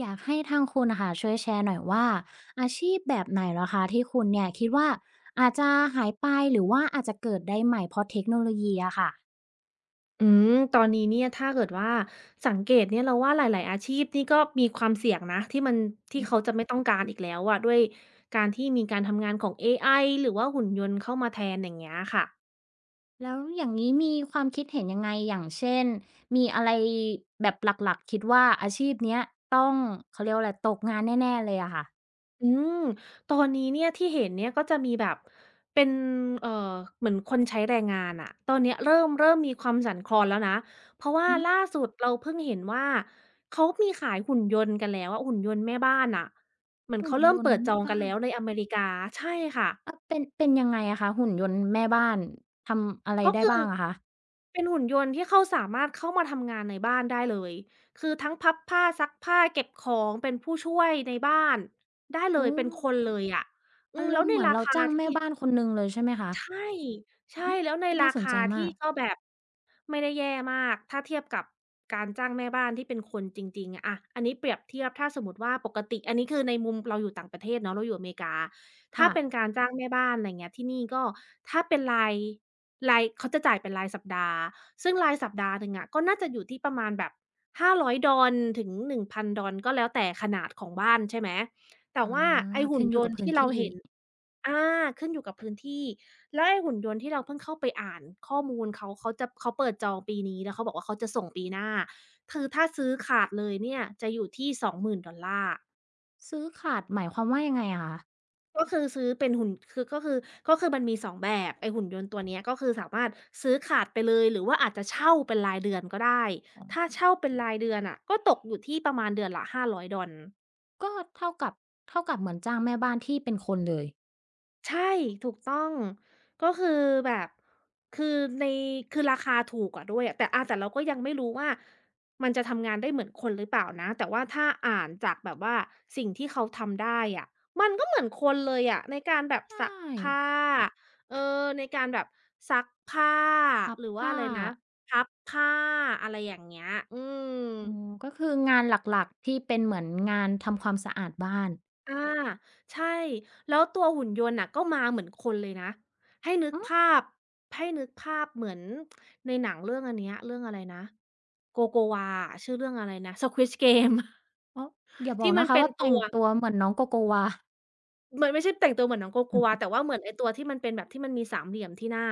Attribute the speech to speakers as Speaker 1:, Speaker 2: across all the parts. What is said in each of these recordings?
Speaker 1: อยากให้ทางคุณนะคะช่วยแชร์หน่อยว่าอาชีพแบบไหนเหรอคะที่คุณเนี่ยคิดว่าอาจจะหายไปหรือว่าอาจจะเกิดได้ใหม่เพราะเทคโนโลยีอะค่ะ
Speaker 2: อืมตอนนี้เนี่ยถ้าเกิดว่าสังเกตเนี่ยเราว่าหลายๆอาชีพนี่ก็มีความเสี่ยงนะที่มัน
Speaker 1: อื
Speaker 2: เขาจะ
Speaker 1: ม
Speaker 2: ไม่ต้องการอีกแล้วอะด้วยการที่มีการทำงานของเอไอหรือว่าหุ่นยนต์เข้ามาแทนอย่างเงี้ยค่ะ
Speaker 1: แล้วอย่างงี้มีความคิดเห็นยังไงอย่างเช่นมีอะไรแบบหลักๆคิดว่าอาชีพเนี้ยต้องเขาเรียกว่าอะไรตกงานแน่ๆเลยอะค่ะ
Speaker 2: อืมตอนนี้เนี่ยที่เห็นเนี่ยก็จะมีแบบเป็นเอ่อเหมือนคนใช้แรงงานอะตอนเนี้ยเริ่มมีความสั่นคลอนแล้วนะเพราะว่า
Speaker 1: อืม
Speaker 2: ล่าสุดเราเพิ่งเห็นว่าเขามีขายหุ่นยนต์กันแล้วอะหุ่นยนต์แม่บ้านน่ะเหมือน
Speaker 1: หุ่
Speaker 2: เขา
Speaker 1: น
Speaker 2: เริ่
Speaker 1: ย
Speaker 2: ม
Speaker 1: น
Speaker 2: เปิ
Speaker 1: ต์
Speaker 2: ดจ
Speaker 1: แม่
Speaker 2: องกัน
Speaker 1: บ้า
Speaker 2: แล้
Speaker 1: น
Speaker 2: วในอเมริกาใช่ค่ะ
Speaker 1: เออเป็นยังไงอะคะหุ่นยนต์แม่บ้านทำอะไร
Speaker 2: ก็
Speaker 1: ได้
Speaker 2: คือ
Speaker 1: บ้างอะคะ
Speaker 2: เป็นหุ่นยนต์ที่เขาสามารถเข้ามาทำงานในบ้านได้เลยคือทั้งพับผ้าซักผ้าเก็บของเป็นผู้ช่วยในบ้านได้เล
Speaker 1: อื
Speaker 2: ยเป็น
Speaker 1: ม
Speaker 2: คนเลยอะอื
Speaker 1: อา
Speaker 2: ม
Speaker 1: ร
Speaker 2: แล้ว
Speaker 1: มณ์
Speaker 2: ใน
Speaker 1: เหมือน
Speaker 2: รา
Speaker 1: เรา
Speaker 2: คา
Speaker 1: จ้างแม่
Speaker 2: ที่
Speaker 1: บ้านคนหนึ่งเลยใช่ไหมคะ
Speaker 2: ใช่ใช่
Speaker 1: อืม
Speaker 2: แล้วใน
Speaker 1: น่า
Speaker 2: รา
Speaker 1: สนใจ
Speaker 2: คา
Speaker 1: มา
Speaker 2: ที่
Speaker 1: ก
Speaker 2: ก็แบบไม่ได้แย่มากถ้าเทียบกับการจ้างแม่บ้านที่เป็นคนจริงๆอะอันนี้เปรียบเทียบถ้าสมมุติว่าปกติอันนี้คือในมุมเราอยู่ต่างประเทศเนาะเราอยู่อเมริกาถ้า
Speaker 1: ค่ะ
Speaker 2: เป็นการจ้างแม่บ้านไรเงี้ยที่นี่ก็ถ้าเป็นรายเขาจะจ่ายเป็นรายสัปดาห์ซึ่งรายสัปดาห์หนึ่งอะก็น่าจะอยู่ที่ประมาณแบบห้าร้อยดอลถึงหนงพันดอลก็แล้วแต่ขนาดของบ้านใช่ไหมแต่
Speaker 1: อา
Speaker 2: ว่าไอ้หุ่น
Speaker 1: ขึ้นอ
Speaker 2: ย
Speaker 1: ยู่กั
Speaker 2: น
Speaker 1: บ
Speaker 2: ต์
Speaker 1: พื้
Speaker 2: ที่
Speaker 1: น
Speaker 2: เรา
Speaker 1: ที่
Speaker 2: เห็น อาขึ้นอยู่กับพื้นที่แล้วไอ้หุ่นยนต์ที่เราเพิ่งเข้าไปอ่านข้อมูลเขาเปิดจองปีนี้แล้วเขาบอกว่าเขาจะส่งปีหน้าคือถ้าซื้อขาดเลยเนี่ยจะอยู่ที่ $20,000
Speaker 1: ซื้อขาดหมายความว่ายังไงอะคะ
Speaker 2: ก็คือซื้อเป็นหุ่นคือมันมี2แบบไอ้หุ่นยนต์ตัวเนี้ยก็คือสามารถซื้อขาดไปเลยหรือว่าอาจจะเช่าเป็นรายเดือนก็ได้ถ้าเช่าเป็นรายเดือนอะก็ตกอยู่ที่ประมาณเดือนละห้าร้อยดอล
Speaker 1: ก็เท่ากับเท่ากับเหมือนจ้างแม่บ้านที่เป็นคนเลย
Speaker 2: ใช่ถูกต้องก็คือแบบคือในคือราคาถูกกว่าด้วยอะแต่แต่เราก็ยังไม่รู้ว่ามันจะทำงานได้เหมือนคนหรือเปล่านะแต่ว่าถ้าอ่านจากแบบว่าสิ่งที่เขาทำได้อะมันก็เหมือนคนเลยอะในการแบบ
Speaker 1: ใช่
Speaker 2: ซักผ้าเออในการแบบซักผ้า
Speaker 1: พับ
Speaker 2: หรือว่าอะ
Speaker 1: ผ้า
Speaker 2: ไรนะพับผ้าอะไรอย่างเงี้ยอืม
Speaker 1: อืมก็คืองานหลักๆที่เป็นเหมือนงานทำความสะอาดบ้าน
Speaker 2: อาใช่แล้วตัวหุ่นยนต์น่ะก็มาเหมือนคนเลยนะให้นึก
Speaker 1: ออ
Speaker 2: ภาพให้นึกภาพเหมือนในหนังเรื่องอันเนี้ยเรื่องอะไรนะโ o โกวาชื่อเรื่องอะไรนะ Squid Game
Speaker 1: อ๋ออย่า บอ
Speaker 2: ที่
Speaker 1: ก
Speaker 2: มั
Speaker 1: นะ
Speaker 2: น
Speaker 1: คะ
Speaker 2: เป็น
Speaker 1: ว่า
Speaker 2: ตั
Speaker 1: แต่ง
Speaker 2: ว
Speaker 1: ตัวเหมือนน้องโกโกวา
Speaker 2: มันไม่ใช่แต่งตัวเหมือนน้องโ o โกว a แต่ ว่าเหมือนไอ้ตัวที่มันเป็นแบบที่มันมีสามเหลี่ยมที่หน้า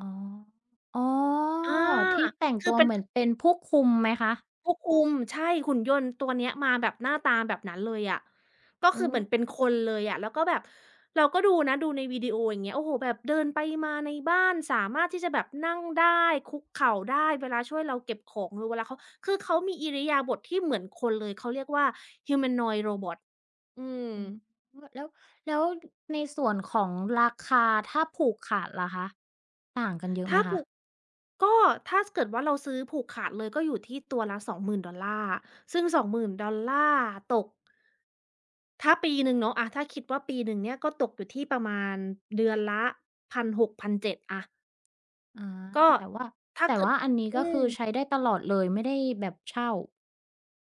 Speaker 1: อ๋ออ๋อ
Speaker 2: อา
Speaker 1: ที่แต่ง
Speaker 2: คือ
Speaker 1: ตัว
Speaker 2: เป็น
Speaker 1: เหมือนเป็นผู้คุมไหมคะ
Speaker 2: ควบคุมใช่หุ่นยนต์ตัวเนี้ยมาแบบหน้าตาแบบนั้นเลยอะก็
Speaker 1: อื
Speaker 2: คือเหมือนเป็นคนเลยอะแล้วก็แบบเราก็ดูนะดูในวิดีโออย่างเงี้ยโอ้โฮแบบเดินไปมาในบ้านสามารถที่จะแบบนั่งได้คุกเข่าได้เวลาช่วยเราเก็บของหรือเวลาเขาคือเขามีอิริยาบถที่เหมือนคนเลยเขาเรียกว่า humanoid robot อืม
Speaker 1: อืมแล้วแล้วในส่วนของราคาถ้าผูกขาดล่ะคะต่างกันเยอะไหม
Speaker 2: ถ้า
Speaker 1: คะ
Speaker 2: ผูกก็ถ้าสเกิดว่าเราซื้อผูกขาดเลยก็อยู่ที่ตัวละสองหมื่นดอลลาร์ซึ่งสองหมื่นดอลลาร์ตก ถ้าปีหนึ่งเนาะอะถ้าคิดว่าปีหนึ่งเนี่ยก็ตกอยู่ที่ประมาณเดือนละ1 6ัน1 7 0 0อะ
Speaker 1: อา
Speaker 2: ก็
Speaker 1: แต่ว่า
Speaker 2: ถ้า
Speaker 1: แต่
Speaker 2: เกิด
Speaker 1: ว่าอันนี้ก็
Speaker 2: อืม
Speaker 1: คือใช้ได้ตลอดเลยไม่ได้แบบเช่า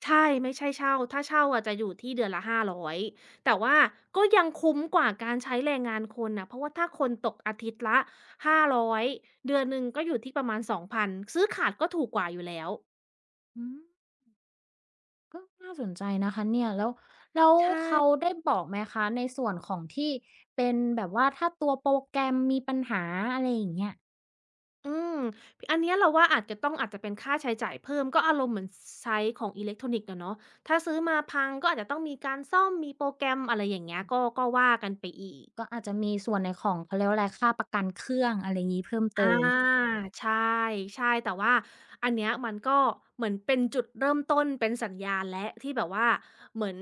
Speaker 2: ใช่ ไม่ใช่เช่า ถ้าเช่าอะจะอยู่ที่เดือนละ500แต่ว่าก็ยังคุ้มกว่าการใช้แรงงานคนน่ะเพราะว่าถ้าคนตกอาทิตย์ละ500เดือนหนึ่งก็อยู่ที่ประมาณ2,000ซื้อขาดก็ถูกกว่าอยู่แล้ว
Speaker 1: อืมก็น่าสนใจนะคะเนี่ยแล้ว
Speaker 2: ใช
Speaker 1: เขา
Speaker 2: ่
Speaker 1: ได้บอกไหมคะในส่วนของที่เป็นแบบว่าถ้าตัวโปรแกรมมีปัญหาอะไรอย่างเงี้ย
Speaker 2: อืม อันเนี้ยเราว่าอาจจะต้องอาจจะเป็นค่าใช้จ่ายเพิ่มก็อารมณ์เหมือนใช้ของอิเล็กทรอนิกส์อะเนาะถ้าซื้อมาพังก็อาจจะต้องมีการซ่อมมีโปรแกรมอะไรอย่างเงี้ยก็ก็ว่ากันไปอีก
Speaker 1: ก็อาจจะมีส่วนในของเขาเรียกว่าอะไรค่าประกันเครื่องอะไรงี้เพิ่ม
Speaker 2: อา
Speaker 1: เติม
Speaker 2: ใช่ใช่แต่ว่าอันเนี้ยมันก็เหมือนเป็นจุดเริ่มต้นเป็นสัญญาณแล้วที่แบบว่าเหมือน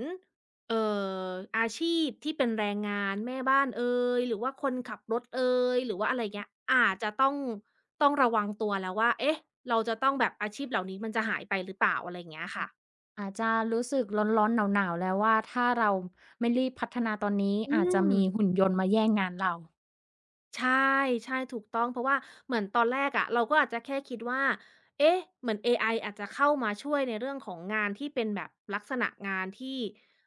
Speaker 2: เอ่ออาชีพที่เป็นแรงงานแม่บ้านเอยหรือว่าคนขับรถเอยหรือว่าอะไรเงี้ยอาจจะต้องต้องระวังตัวแล้วว่าเอ๊ะเราจะต้องแบบอาชีพเหล่านี้มันจะหายไปหรือเปล่าอะไรเงี้ยค่ะ
Speaker 1: อาจจะรู้สึกร้อนๆหนาวๆแล้วว่าถ้าเราไม่รีบพัฒนาตอนนี้
Speaker 2: อื
Speaker 1: อาจจะ
Speaker 2: ม
Speaker 1: มีหุ่นยนต์มาแย่งงานเรา
Speaker 2: ใช่ใช่ถูกต้องเพราะว่าเหมือนตอนแรกอะเราก็อาจจะแค่คิดว่าเอ๊ะเหมือนเอไออาจจะเข้ามาช่วยในเรื่องของงานที่เป็นแบบลักษณะงานที่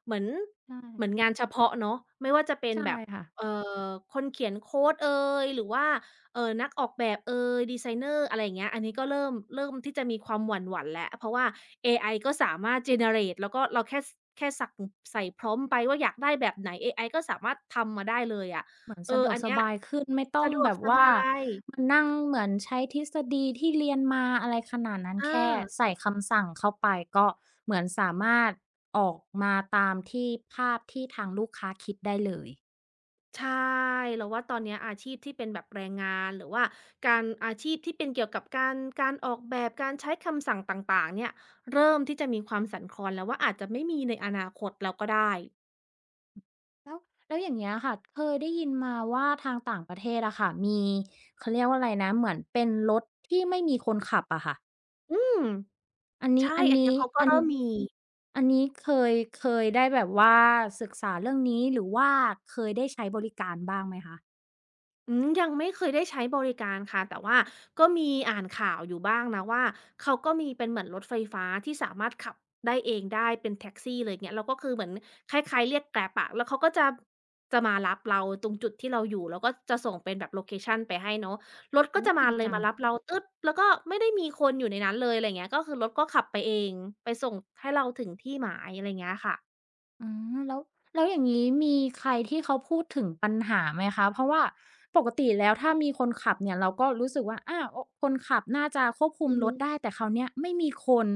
Speaker 2: เหมือน
Speaker 1: ใช่
Speaker 2: เหมือนงานเฉพาะเนาะไม่ว่าจะเป็น
Speaker 1: ใช่
Speaker 2: แบบ
Speaker 1: ค่ะ
Speaker 2: เอ่อคนเขียนโคดเอยหรือว่านักออกแบบเอยดีไซเนอร์อะไรอย่างเงี้ยอันนี้ก็เริ่มที่จะมีความหวั่นๆแล้วเพราะว่าเอไอก็สามารถ generate แล้วก็เราแค่แค่สั่งใส่พร็อมไปว่าอยากได้แบบไหนเอไอก็สามารถทำมาได้เลยอะ
Speaker 1: เหมือน
Speaker 2: เอ
Speaker 1: สะ
Speaker 2: อ
Speaker 1: ดวก
Speaker 2: อัน
Speaker 1: ส
Speaker 2: เนี้ย
Speaker 1: บายขึ้นไม่ต้อ
Speaker 2: สะ
Speaker 1: ง
Speaker 2: ดว
Speaker 1: แบ
Speaker 2: ก
Speaker 1: บ
Speaker 2: ส
Speaker 1: ว่า
Speaker 2: บาย
Speaker 1: มานั่งเหมือนใช้ทฤษฎีที่เรียนมาอะไรขนาดนั้น
Speaker 2: อา
Speaker 1: แค่ใส่คำสั่งเข้าไปก็เหมือนสามารถออกมาตามที่ภาพที่ทางลูกค้าคิดได้เลย
Speaker 2: ใช่เราว่าตอนเนี้ยอาชีพที่เป็นแบบแรงงานหรือว่าการอาชีพที่เป็นเกี่ยวกับการออกแบบการใช้คำสั่งต่างๆเนี่ยเริ่มที่จะมีความสั่นคลอนแล้วว่าอาจจะไม่มีในอนาคตแล้วก็ได้
Speaker 1: แล้วแล้วอย่างเงี้ยค่ะ เคยได้ยินมาว่าทางต่างประเทศอะค่ะ มีเขาเรียกว่าอะไรนะ เหมือนเป็นรถที่ไม่มีคนขับอะค่ะ
Speaker 2: อืม
Speaker 1: อันนี้
Speaker 2: ใช่
Speaker 1: อัน
Speaker 2: อันเนี้
Speaker 1: นี้
Speaker 2: ยเขาก็
Speaker 1: อัน
Speaker 2: เริ่มมี
Speaker 1: อันนี้เคยได้แบบว่าศึกษาเรื่องนี้หรือว่าเคยได้ใช้บริการบ้างไหมคะ
Speaker 2: อืมยังไม่เคยได้ใช้บริการค่ะแต่ว่าก็มีอ่านข่าวอยู่บ้างนะว่าเขาก็มีเป็นเหมือนรถไฟฟ้าที่สามารถขับได้เองได้เป็นแท็กซี่เลยเงี้ยแล้วก็คือเหมือนคล้ายๆเรียก Grab อะแล้วเขาก็จะมารับเราตรงจุดที่เราอยู่แล้วก็จะส่งเป็นแบบโลเคชันไปให้เนาะรถก็
Speaker 1: โู้
Speaker 2: จะมา
Speaker 1: ดี
Speaker 2: เลย
Speaker 1: จัง
Speaker 2: มารับเราตึ๊ดแล้วก็ไม่ได้มีคนอยู่ในนั้นเลยอะไรเงี้ยก็คือรถก็ขับไปเองไปส่งให้เราถึงที่หมายอะไรเงี้ยค่ะ
Speaker 1: อืมแล้วอย่างงี้มีใครที่เขาพูดถึงปัญหาไหมคะเพราะว่าปกติแล้วถ้ามีคนขับเนี่ยเราก็รู้สึกว่าอาโอ้คนขับน่าจะควบคุม
Speaker 2: อือ
Speaker 1: ร
Speaker 2: ฮึ
Speaker 1: ถได้แต่คราวเนี้ยไม่มีคน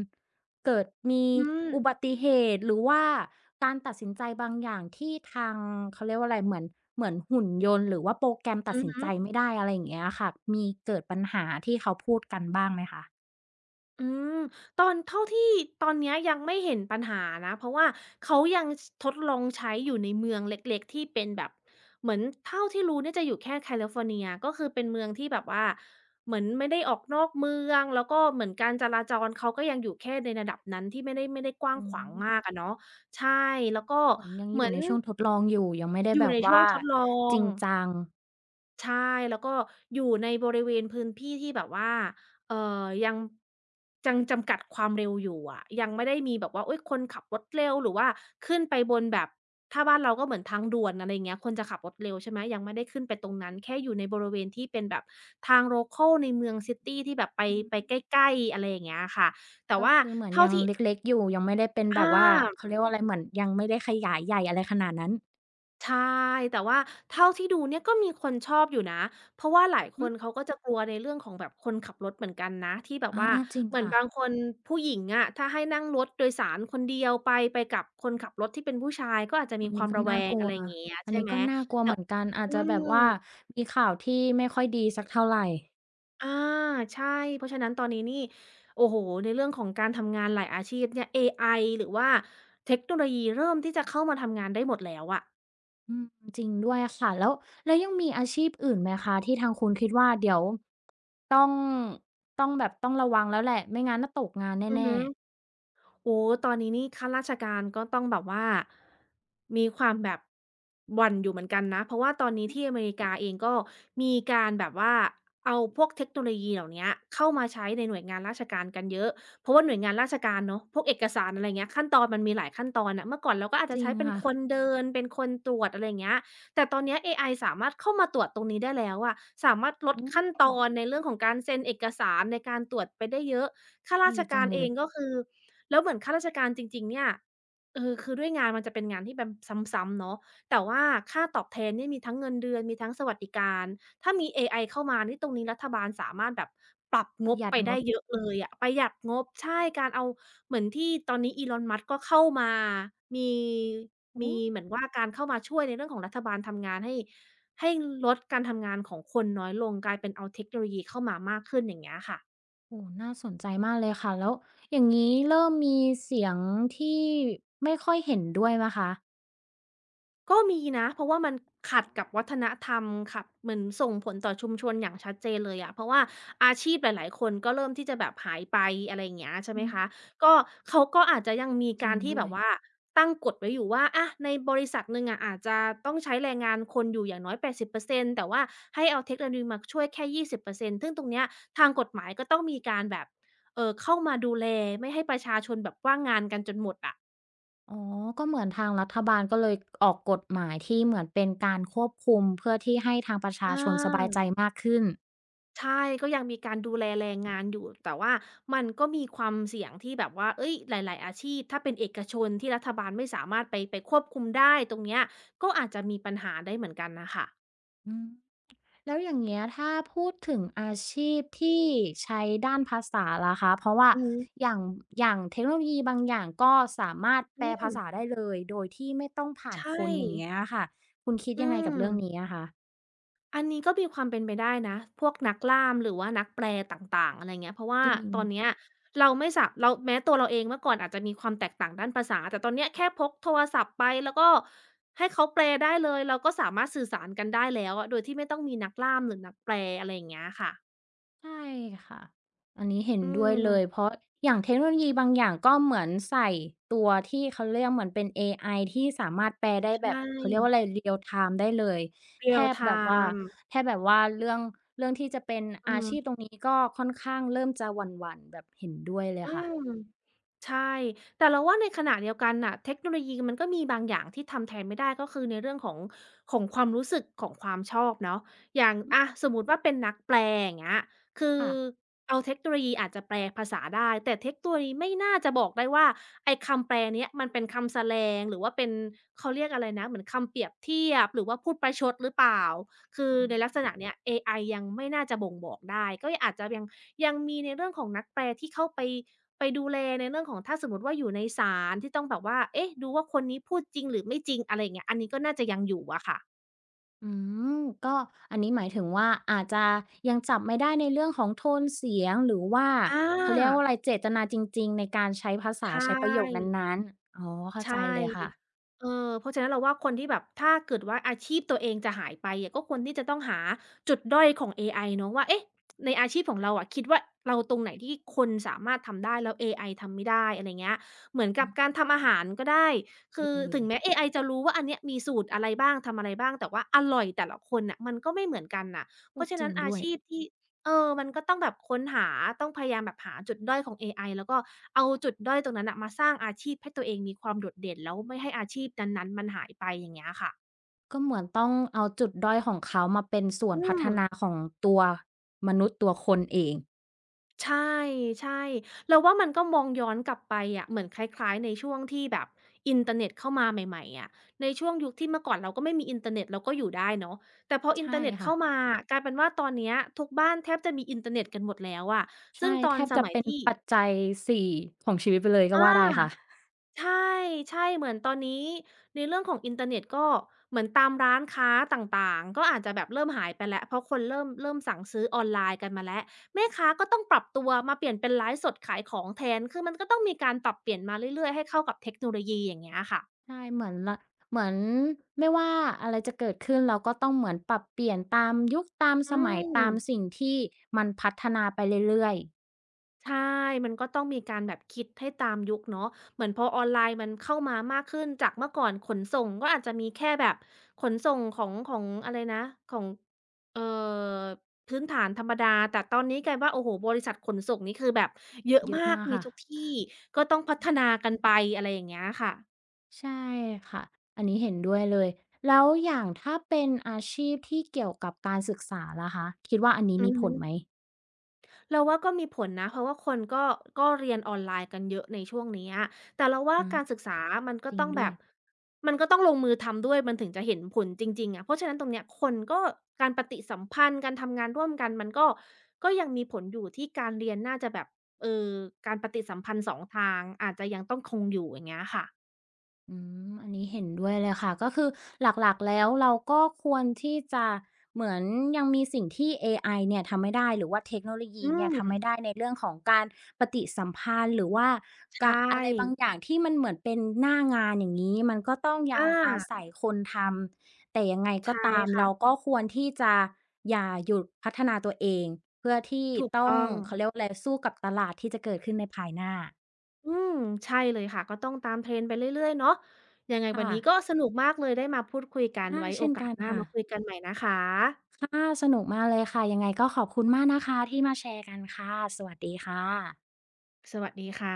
Speaker 1: เกิดมี
Speaker 2: อืม
Speaker 1: อุบัติเหตุหรือว่าการตัดสินใจบางอย่างที่ทางเขาเรียกว่าอะไรเหมือนหุ่นยนต์หรือว่าโปรแกรมตั
Speaker 2: อื
Speaker 1: ด
Speaker 2: อ
Speaker 1: สิน
Speaker 2: ฮึ
Speaker 1: ใจไม่ได้อะไรอย่างเงี้ยค่ะมีเกิดปัญหาที่เขาพูดกันบ้างไหมคะ
Speaker 2: อืมตอนเท่าที่ตอนเนี้ยยังไม่เห็นปัญหานะเพราะว่าเขายังชทดลองใช้อยู่ในเมืองเล็กๆที่เป็นแบบเหมือนเท่าที่รู้เนี่ยจะอยู่แค่แคลิฟอร์เนียก็คือเป็นเมืองที่แบบว่าเหมือนไม่ได้ออกนอกเมืองแล้วก็เหมือนการจราจรเขาก็ยังอยู่แค่ในระดับนั้นที่ไม่ได้กว้าง
Speaker 1: อ๋อ
Speaker 2: ขวางมากอะเนาะใช่แล้วก็
Speaker 1: เหมือนยัง
Speaker 2: เห
Speaker 1: อ
Speaker 2: มื
Speaker 1: ยู่
Speaker 2: อน
Speaker 1: ในช่วงทดลองอยู่ยังไม่ได้
Speaker 2: อยู่
Speaker 1: แบ
Speaker 2: ใน
Speaker 1: บ
Speaker 2: ช่วง
Speaker 1: ว่า
Speaker 2: ทดลอ
Speaker 1: จ
Speaker 2: ง
Speaker 1: ริงจัง
Speaker 2: ใช่แล้วก็อยู่ในบริเวณพื้นที่ที่แบบว่าเอ่ยังจังจำกัดความเร็วอยู่อะยังไม่ได้มีแบบว่าอุ๊ยคนขับรถเร็วหรือว่าขึ้นไปบนแบบถ้าบ้านเราก็เหมือนทางด่วนอะไรอย่างเงี้ยคนจะขับรถเร็วใช่ไหมยังไม่ได้ขึ้นไปตรงนั้นแค่อยู่ในบริเวณที่เป็นแบบทางโลคัลในเมืองซิตีที่แบบไป
Speaker 1: อืม
Speaker 2: ไปใกล้ๆอะไรอย่างเงี้ยค่ะแต่
Speaker 1: ก็
Speaker 2: ว่า
Speaker 1: คือเหมือน
Speaker 2: เท่า
Speaker 1: ยัง
Speaker 2: ที่
Speaker 1: เล็กๆอยู่ยังไม่ได้เป็นแบ
Speaker 2: อา
Speaker 1: บว่าเขาเรียกว่าอะไรเหมือนยังไม่ได้ขยายใหญ่อะไรขนาดนั้น
Speaker 2: ใช่แต่ว่าเท่าที่ดูเนี่ยก็มีคนชอบอยู่นะเพราะว่าหลายค
Speaker 1: อื
Speaker 2: น
Speaker 1: ม
Speaker 2: เขาก็จะกลัวในเรื่องของแบบคนขับรถเหมือนกันนะที่แบบ
Speaker 1: อา
Speaker 2: ว่า
Speaker 1: จริง
Speaker 2: เหมือน
Speaker 1: ค่ะ
Speaker 2: บางคนผู้หญิงอะถ้าให้นั่งรถโดยสารคนเดียวไปกับคนขับรถที่เป็นผู้ชายก็อาจจะมี
Speaker 1: อัน
Speaker 2: ควา
Speaker 1: นี้
Speaker 2: ม
Speaker 1: ก็
Speaker 2: ระแว
Speaker 1: น่า
Speaker 2: ง
Speaker 1: กลั
Speaker 2: อะไร
Speaker 1: ว
Speaker 2: อย่างเงี้ย
Speaker 1: อัน
Speaker 2: ใช่
Speaker 1: นี้
Speaker 2: ไหม
Speaker 1: ก็น่ากลัว
Speaker 2: แต่
Speaker 1: เหมือนกันอาจ
Speaker 2: อื
Speaker 1: จะแบ
Speaker 2: ม
Speaker 1: บว่ามีข่าวที่ไม่ค่อยดีสักเท่าไร
Speaker 2: อาใช่เพราะฉะนั้นตอนนี้นี่โอ้โฮในเรื่องของการทำงานหลายอาชีพเนี่ยเอไอหรือว่าเทคโนโลยีเริ่มที่จะเข้ามาทำงานได้หมดแล้วอะ
Speaker 1: อืมจริงด้วยค่ะแล้วยังมีอาชีพอื่นไหมคะที่ทางคุณคิดว่าเดี๋ยวต้องต้องระวังแล้วแหละไม่งั้นน่ะตกงาน
Speaker 2: อือ
Speaker 1: แน่
Speaker 2: ฮึ
Speaker 1: ๆ
Speaker 2: โอ้ตอนนี้นี่ข้าราชการก็ต้องแบบว่ามีความแบบหวั่นอยู่เหมือนกันนะเพราะว่าตอนนี้ที่อเมริกาเองก็มีการแบบว่าเอาพวกเทคโนโลยีเหล่าเนี้ยเข้ามาใช้ในหน่วยงานราชการกันเยอะเพราะว่าหน่วยงานราชการเนาะพวกเอกสารอะไรเงี้ยขั้นตอนมันมีหลายขั้นตอนอ่ะเมื่อก่อนเราก็อาจ
Speaker 1: จ
Speaker 2: จะ
Speaker 1: ริ
Speaker 2: ใช้
Speaker 1: ง
Speaker 2: เป็น
Speaker 1: ค่ะ
Speaker 2: คนเดินเป็นคนตรวจอะไรเงี้ยแต่ตอนเนี้ยเอไอสามารถเข้ามาตรวจตรงนี้ได้แล้วอะสามารถลด
Speaker 1: อื
Speaker 2: ขั้น
Speaker 1: ม
Speaker 2: ตอนในเรื่องของการเซ็นเอกสารในการตรวจไปได้เยอะข้ารา
Speaker 1: ดี
Speaker 2: ช
Speaker 1: จั
Speaker 2: การ
Speaker 1: งเล
Speaker 2: เอ
Speaker 1: ย
Speaker 2: งก็คือ แล้วเหมือนข้าราชการจริงๆเนี่ยเออคือด้วยงานมันจะเป็นงานที่แบบซ้ำๆเนาะแต่ว่าค่าตอบแทนเนี่ยมีทั้งเงินเดือนมีทั้งสวัสดิการถ้ามีเอไอเข้ามานี่ตรงนี้รัฐบาลสามารถแบบปรับงบไปได้เยอะเลยอะประหยัดงบใช่การเอาเหมือนที่ตอนนี้ Elon Musk ก็เข้ามามีมี
Speaker 1: โอ้
Speaker 2: เหมือนว่าการเข้ามาช่วยในเรื่องของรัฐบาลทำงานให้ลดการทำงานของคนน้อยลงกลายเป็นเอาเทคโนโลยีเข้ามามากขึ้นอย่างเงี้ยค่ะ
Speaker 1: โอ้น่าสนใจมากเลยค่ะ แล้วอย่างนี้เริ่มมีเสียงที่ไม่ค่อยเห็นด้วยไหมคะ
Speaker 2: ก็มีนะเพราะว่ามันขัดกับวัฒนธรรมขับเหมือนส่งผลต่อชุมชนอย่างชัดเจนเลยอะเพราะว่าอาชีพหลายๆคนก็เริ่มที่จะแบบหายไปอะไรอย่างเงี้ยใช่ไหม
Speaker 1: อื
Speaker 2: คะ
Speaker 1: ม
Speaker 2: ก็เขาก็อาจจะยังมี
Speaker 1: จริ
Speaker 2: กา
Speaker 1: ง
Speaker 2: รที่
Speaker 1: ด้
Speaker 2: แบ
Speaker 1: ว
Speaker 2: บ
Speaker 1: ย
Speaker 2: ว่าตั้งกฎไว้อยู่ว่าอะในบริษัทหนึ่งอะอาจจะต้องใช้แรงงานคนอยู่อย่างน้อย80%แต่ว่าให้เอาเทคโนโลยีมาช่วยแค่20%ซนต์ซึ่งตรงเนี้ยทางกฎหมายก็ต้องมีการแบบเข้ามาดูแลไม่ให้ประชาชนแบบว่างงานกันจนหมดอะ
Speaker 1: อ๋อ ก็เหมือนทางรัฐบาลก็เลยออกกฎหมายที่เหมือนเป็นการควบคุมเพื่อที่ให้ทางประ
Speaker 2: อ
Speaker 1: ชาชนสบายใจ
Speaker 2: า
Speaker 1: มากขึ้น
Speaker 2: ใช่ก็ยังมีการดูแลแรงงานอยู่แต่ว่ามันก็มีความเสี่ยงที่แบบว่าเฮ้ยหลายๆอาชีพถ้าเป็นเอกชนที่รัฐบาลไม่สามารถไปควบคุมได้ตรงเนี้ยก็อาจจะมีปัญหาได้เหมือนกันน่ะค่ะ
Speaker 1: อืม แล้วอย่างเงี้ยถ้าพูดถึงอาชีพที่ใช้ด้านภาษาล่ะคะเพราะว่า
Speaker 2: อือฮึ
Speaker 1: อย่างอย่างเทคโนโลยีบางอย่างก็สามารถแป
Speaker 2: อื
Speaker 1: ล
Speaker 2: ม
Speaker 1: ภาษาได้เลยโดยที่ไม่ต้องผ่านค
Speaker 2: ใช่
Speaker 1: นอย่างเงี้ยอะค่ะคุณคิด
Speaker 2: อื
Speaker 1: ยังไงกับ
Speaker 2: ม
Speaker 1: เรื่องนี้อะคะ
Speaker 2: อันนี้ก็มีความเป็นไปได้นะพวกนักล่ามหรือว่านักแปลต่างๆอะไรเงี้ยเพราะว่า
Speaker 1: จริง
Speaker 2: ตอนเนี้ยเราไม่สาเราแม้ตัวเราเองเมื่อก่อนอาจจะมีความแตกต่างด้านภาษาแต่ตอนเนี้ยแค่พกโทรศัพท์ไปแล้วก็ให้เขาแปลได้เลยเราก็สามารถสื่อสารกันได้แล้วอะโดยที่ไม่ต้องมีนักล่ามหรือนักแปลอะไรอย่างเงี้ยค่ะ
Speaker 1: ใช่ค่ะ อันนี้เห็น
Speaker 2: อื
Speaker 1: ด้วยเลย
Speaker 2: ม
Speaker 1: เพราะอย่างเทคโนโลยีบางอย่างก็เหมือนใส่ตัวที่เขาเรียกเหมือนเป็นเอไอที่สามารถแปลได้
Speaker 2: ใช
Speaker 1: แบบ
Speaker 2: ่
Speaker 1: เขาเรียกว่าอะไร real time ไทม์ได้เลย
Speaker 2: เรี
Speaker 1: แท
Speaker 2: ยล
Speaker 1: บ
Speaker 2: ท
Speaker 1: แบบว่า
Speaker 2: ม
Speaker 1: แทบแบบว่าเรื่องที่จะเป็น
Speaker 2: อือ
Speaker 1: อา
Speaker 2: ฮึ
Speaker 1: ชีพตรงนี้ก็ค่อนข้างเริ่มจะหวั่นๆแบบเห็นด้วยเลย
Speaker 2: อื
Speaker 1: ค่ะ
Speaker 2: ม ใช่แต่เราว่าในขณะเดียวกันน่ะเทคโนโลยีมันก็มีบางอย่างที่ทำแทนไม่ได้ก็คือในเรื่องของของความรู้สึกของความชอบเนาะอย่าง
Speaker 1: อื
Speaker 2: อะ
Speaker 1: ม
Speaker 2: สมมุติว่าเป็นนักแปลอย่างเงี้ยคือ
Speaker 1: ค่ะ
Speaker 2: เอาเทคโนโลยีอาจจะแปลภาษาได้ แต่เทคโนโลยีไม่น่าจะบอกได้ว่าไอ้คำแปลเนี้ยมันเป็นคำแสลงหรือว่าเป็นเขาเรียกอะไรนะเหมือนคำเปรียบเทียบหรือว่าพูดประชดหรือเปล่า คือ
Speaker 1: อ๋
Speaker 2: ในลักษ
Speaker 1: อ
Speaker 2: ณะเนี้ยเอไอยังไม่น่าจะบ่งบอกได้ ก็อาจจะยังมีในเรื่องของนักแปลที่เข้าไปดูแลในเรื่องของถ้าสมมุติว่าอยู่ในศาลที่ต้องแบบว่า เอ๊ะดูว่าคนนี้พูดจริงหรือไม่จริงอะไรอย่างเงี้ยอันนี้ก็น่าจะยังอยู่อะค่ะ
Speaker 1: อืมก็อันนี้หมายถึงว่าอาจจะยังจับไม่ได้ในเรื่องของโทนเสียงหรือว่า
Speaker 2: อา
Speaker 1: เขาเรียกว่าอะไรเจตนาจริงๆในการใช้ภาษา
Speaker 2: ใช่
Speaker 1: ใช้ประโยคนั้นๆอ๋อเข้า
Speaker 2: ใช่
Speaker 1: ใจเลยค่ะ
Speaker 2: เออเพราะฉะนั้นเราว่าคนที่แบบถ้าเกิดว่าอาชีพตัวเองจะหายไปอะก็ควรที่จะต้องหาจุดด้อยของเอไอเนาะว่าเอ๊ะในอาชีพของเราอะคิดว่าเราตรงไหนที่คนสามารถทำได้แล้วเอไอทำไม่ได้อะไรเงี้ยเหมือน
Speaker 1: อื
Speaker 2: กับ
Speaker 1: ม
Speaker 2: การทำอาหารก็ได้คื
Speaker 1: ดี
Speaker 2: อ
Speaker 1: เล
Speaker 2: ถึ
Speaker 1: ย
Speaker 2: งแม้เอไอจะรู้ว่าอันเนี้ยมีสูตรอะไรบ้างทำอะไรบ้างแต่ว่าอร่อยแต่ละคนน่ะมันก็ไม่เหมือนกันน่ะเพ
Speaker 1: พูด
Speaker 2: ราะฉะ
Speaker 1: จริ
Speaker 2: นั้น
Speaker 1: ง
Speaker 2: อา
Speaker 1: ด้วย
Speaker 2: ชีพที่ เออมันก็ต้องแบบค้นหา ต้องพยายามแบบหาจุดด้อยของเอไอแล้วก็เอาจุดด้อยตรงนั้นน่ะมาสร้างอาชีพให้ตัวเองมีความโดดเด่นแล้วไม่ให้อาชีพนั้นๆมันหายไปอย่างเงี้ยค่ะ
Speaker 1: ก็เหมือนต้องเอาจุดด้อยของเขามาเป็นส่ว
Speaker 2: อื
Speaker 1: นพัฒ
Speaker 2: ม
Speaker 1: นาของตัวมนุษย์ตัวคนเอง
Speaker 2: ใช่ใช่เราว่ามันก็มองย้อนกลับไปอะเหมือนคล้ายๆในช่วงที่แบบอินเทอร์เน็ตเข้ามาใหม่ๆอะในช่วงยุคที่เมื่อก่อนเราก็ไม่มีอินเทอร์เน็ตเราก็อยู่ได้เนาะแต่พออินเทอ
Speaker 1: ใช่
Speaker 2: ร์เน็ต
Speaker 1: ค่ะ
Speaker 2: เข้ามากลายเป็นว่าตอนเนี้ยทุกบ้านแทบจะมีอินเทอร์เน็ตกันหมดแล้วอะซึ่
Speaker 1: ใช่
Speaker 2: งตอ
Speaker 1: แท
Speaker 2: น
Speaker 1: บ
Speaker 2: ส
Speaker 1: จะ
Speaker 2: มัย
Speaker 1: เป็น
Speaker 2: ที่
Speaker 1: ปัจจัยสี่ของชีวิตไปเลยก็
Speaker 2: อา
Speaker 1: ว่าได้ค่ะ
Speaker 2: ใช่ใช่เหมือนตอนนี้ในเรื่องของอินเทอร์เน็ตก็เหมือนตามร้านค้าต่างๆก็อาจจะแบบเริ่มหายไปแล้วเพราะคนเริ่มสั่งซื้อออนไลน์กันมาแล้วแม่ค้าก็ต้องปรับตัวมาเปลี่ยนเป็นไลฟ์สดขายของแทนคือมันก็ต้องมีการปรับเปลี่ยนมาเรื่อยๆให้เข้ากับเทคโนโลยีอย่างเงี้ยค่ะ
Speaker 1: ใช่เหมือนละเหมือนไม่ว่าอะไรจะเกิดขึ้นเราก็ต้องเหมือนปรับเปลี่ยนตามยุคตาม
Speaker 2: อื
Speaker 1: สมัยตาม
Speaker 2: ม
Speaker 1: สิ่งที่มันพัฒนาไปเรื่อย
Speaker 2: ใช่ มันก็ต้องมีการแบบคิดให้ตามยุคเนาะเหมือนพอออนไลน์มันเข้ามามากขึ้นจากเมื่อก่อนขนส่งก็อาจจะมีแค่แบบขนส่งของของอะไรนะของ เอ่อพื้นฐานธรรมดาแต่ตอนนี้กลายว่าโอ้โฮบริษัทขนส่งนี่คือแบบเยอะ
Speaker 1: ๆเยอะ
Speaker 2: มาก
Speaker 1: มาก
Speaker 2: มี
Speaker 1: ค่ะ
Speaker 2: ทุกที่ก็ต้องพัฒนากันไปอะไรอย่างเงี้ยค่ะ
Speaker 1: ใช่ค่ะอันนี้เห็นด้วยเลยแล้วอย่างถ้าเป็นอาชีพที่เกี่ยวกับการศึกษาล่ะคะคิดว่าอันนี้
Speaker 2: อือ
Speaker 1: มีผ
Speaker 2: ฮึ
Speaker 1: ลไหม
Speaker 2: เราว่าก็มีผลนะเพราะว่าคนก็เรียนออนไลน์กันเยอะในช่วงเนี้ยแต่เราว่า
Speaker 1: อืม
Speaker 2: การศึกษามันก็
Speaker 1: จริง
Speaker 2: ต้องแบ
Speaker 1: ด้วย
Speaker 2: บมันก็ต้องลงมือทำด้วยมันถึงจะเห็นผลจริงๆอะเพราะฉะนั้นตรงเนี้ยคนก็การปฏิสัมพันธ์การทำงานร่วมกันมันก็ยังมีผลอยู่ที่การเรียนน่าจะแบบเอ่อการปฏิสัมพันธ์สองทางอาจจะยังต้องคงอยู่อย่างเงี้ยค่ะ
Speaker 1: อืมอันนี้เห็นด้วยเลยค่ะก็คือหลักๆแล้วเราก็ควรที่จะเหมือนยังมีสิ่งที่เอไอเนี่ยทำไม่ได้หรือว่าเทคโนโล
Speaker 2: อื
Speaker 1: ยีเนี่ย
Speaker 2: ม
Speaker 1: ทำไม่ได้ในเรื่องของการปฏิสัมพันธ์หรือว่า
Speaker 2: ใช่
Speaker 1: กะอะไรบางอย่างที่มันเหมือนเป็นหน้างานอย่างนี้มันก็ต้องยัง
Speaker 2: อา
Speaker 1: อาศัยคนทำแต่ยังไงก็
Speaker 2: ใช่
Speaker 1: ตาม
Speaker 2: ค่ะ
Speaker 1: เราก็ควรที่จะอย่าหยุดพัฒนาตัวเองเพื่อที่
Speaker 2: ถูก
Speaker 1: ต้อง
Speaker 2: ต้อง
Speaker 1: เขาเรียกว่าอะไรสู้กับตลาดที่จะเกิดขึ้นในภายหน้า
Speaker 2: อืมใช่เลยค่ะก็ต้องตาม trend ไปเรื่อยๆเนาะยังไงวันนี้ก็
Speaker 1: ค่ะ
Speaker 2: สนุกมากเลยได้มาพูดคุยกัน
Speaker 1: อา
Speaker 2: ไว้โอ
Speaker 1: เช่น
Speaker 2: กาส
Speaker 1: กัน
Speaker 2: หน้า
Speaker 1: ค่ะ
Speaker 2: มาคุยกันใหม่นะคะ
Speaker 1: ค่ะสนุกมากเลยค่ะยังไงก็ขอบคุณมากนะคะที่มาแชร์กันค่ะสวัสดีค่ะ
Speaker 2: สวัสดีค่ะ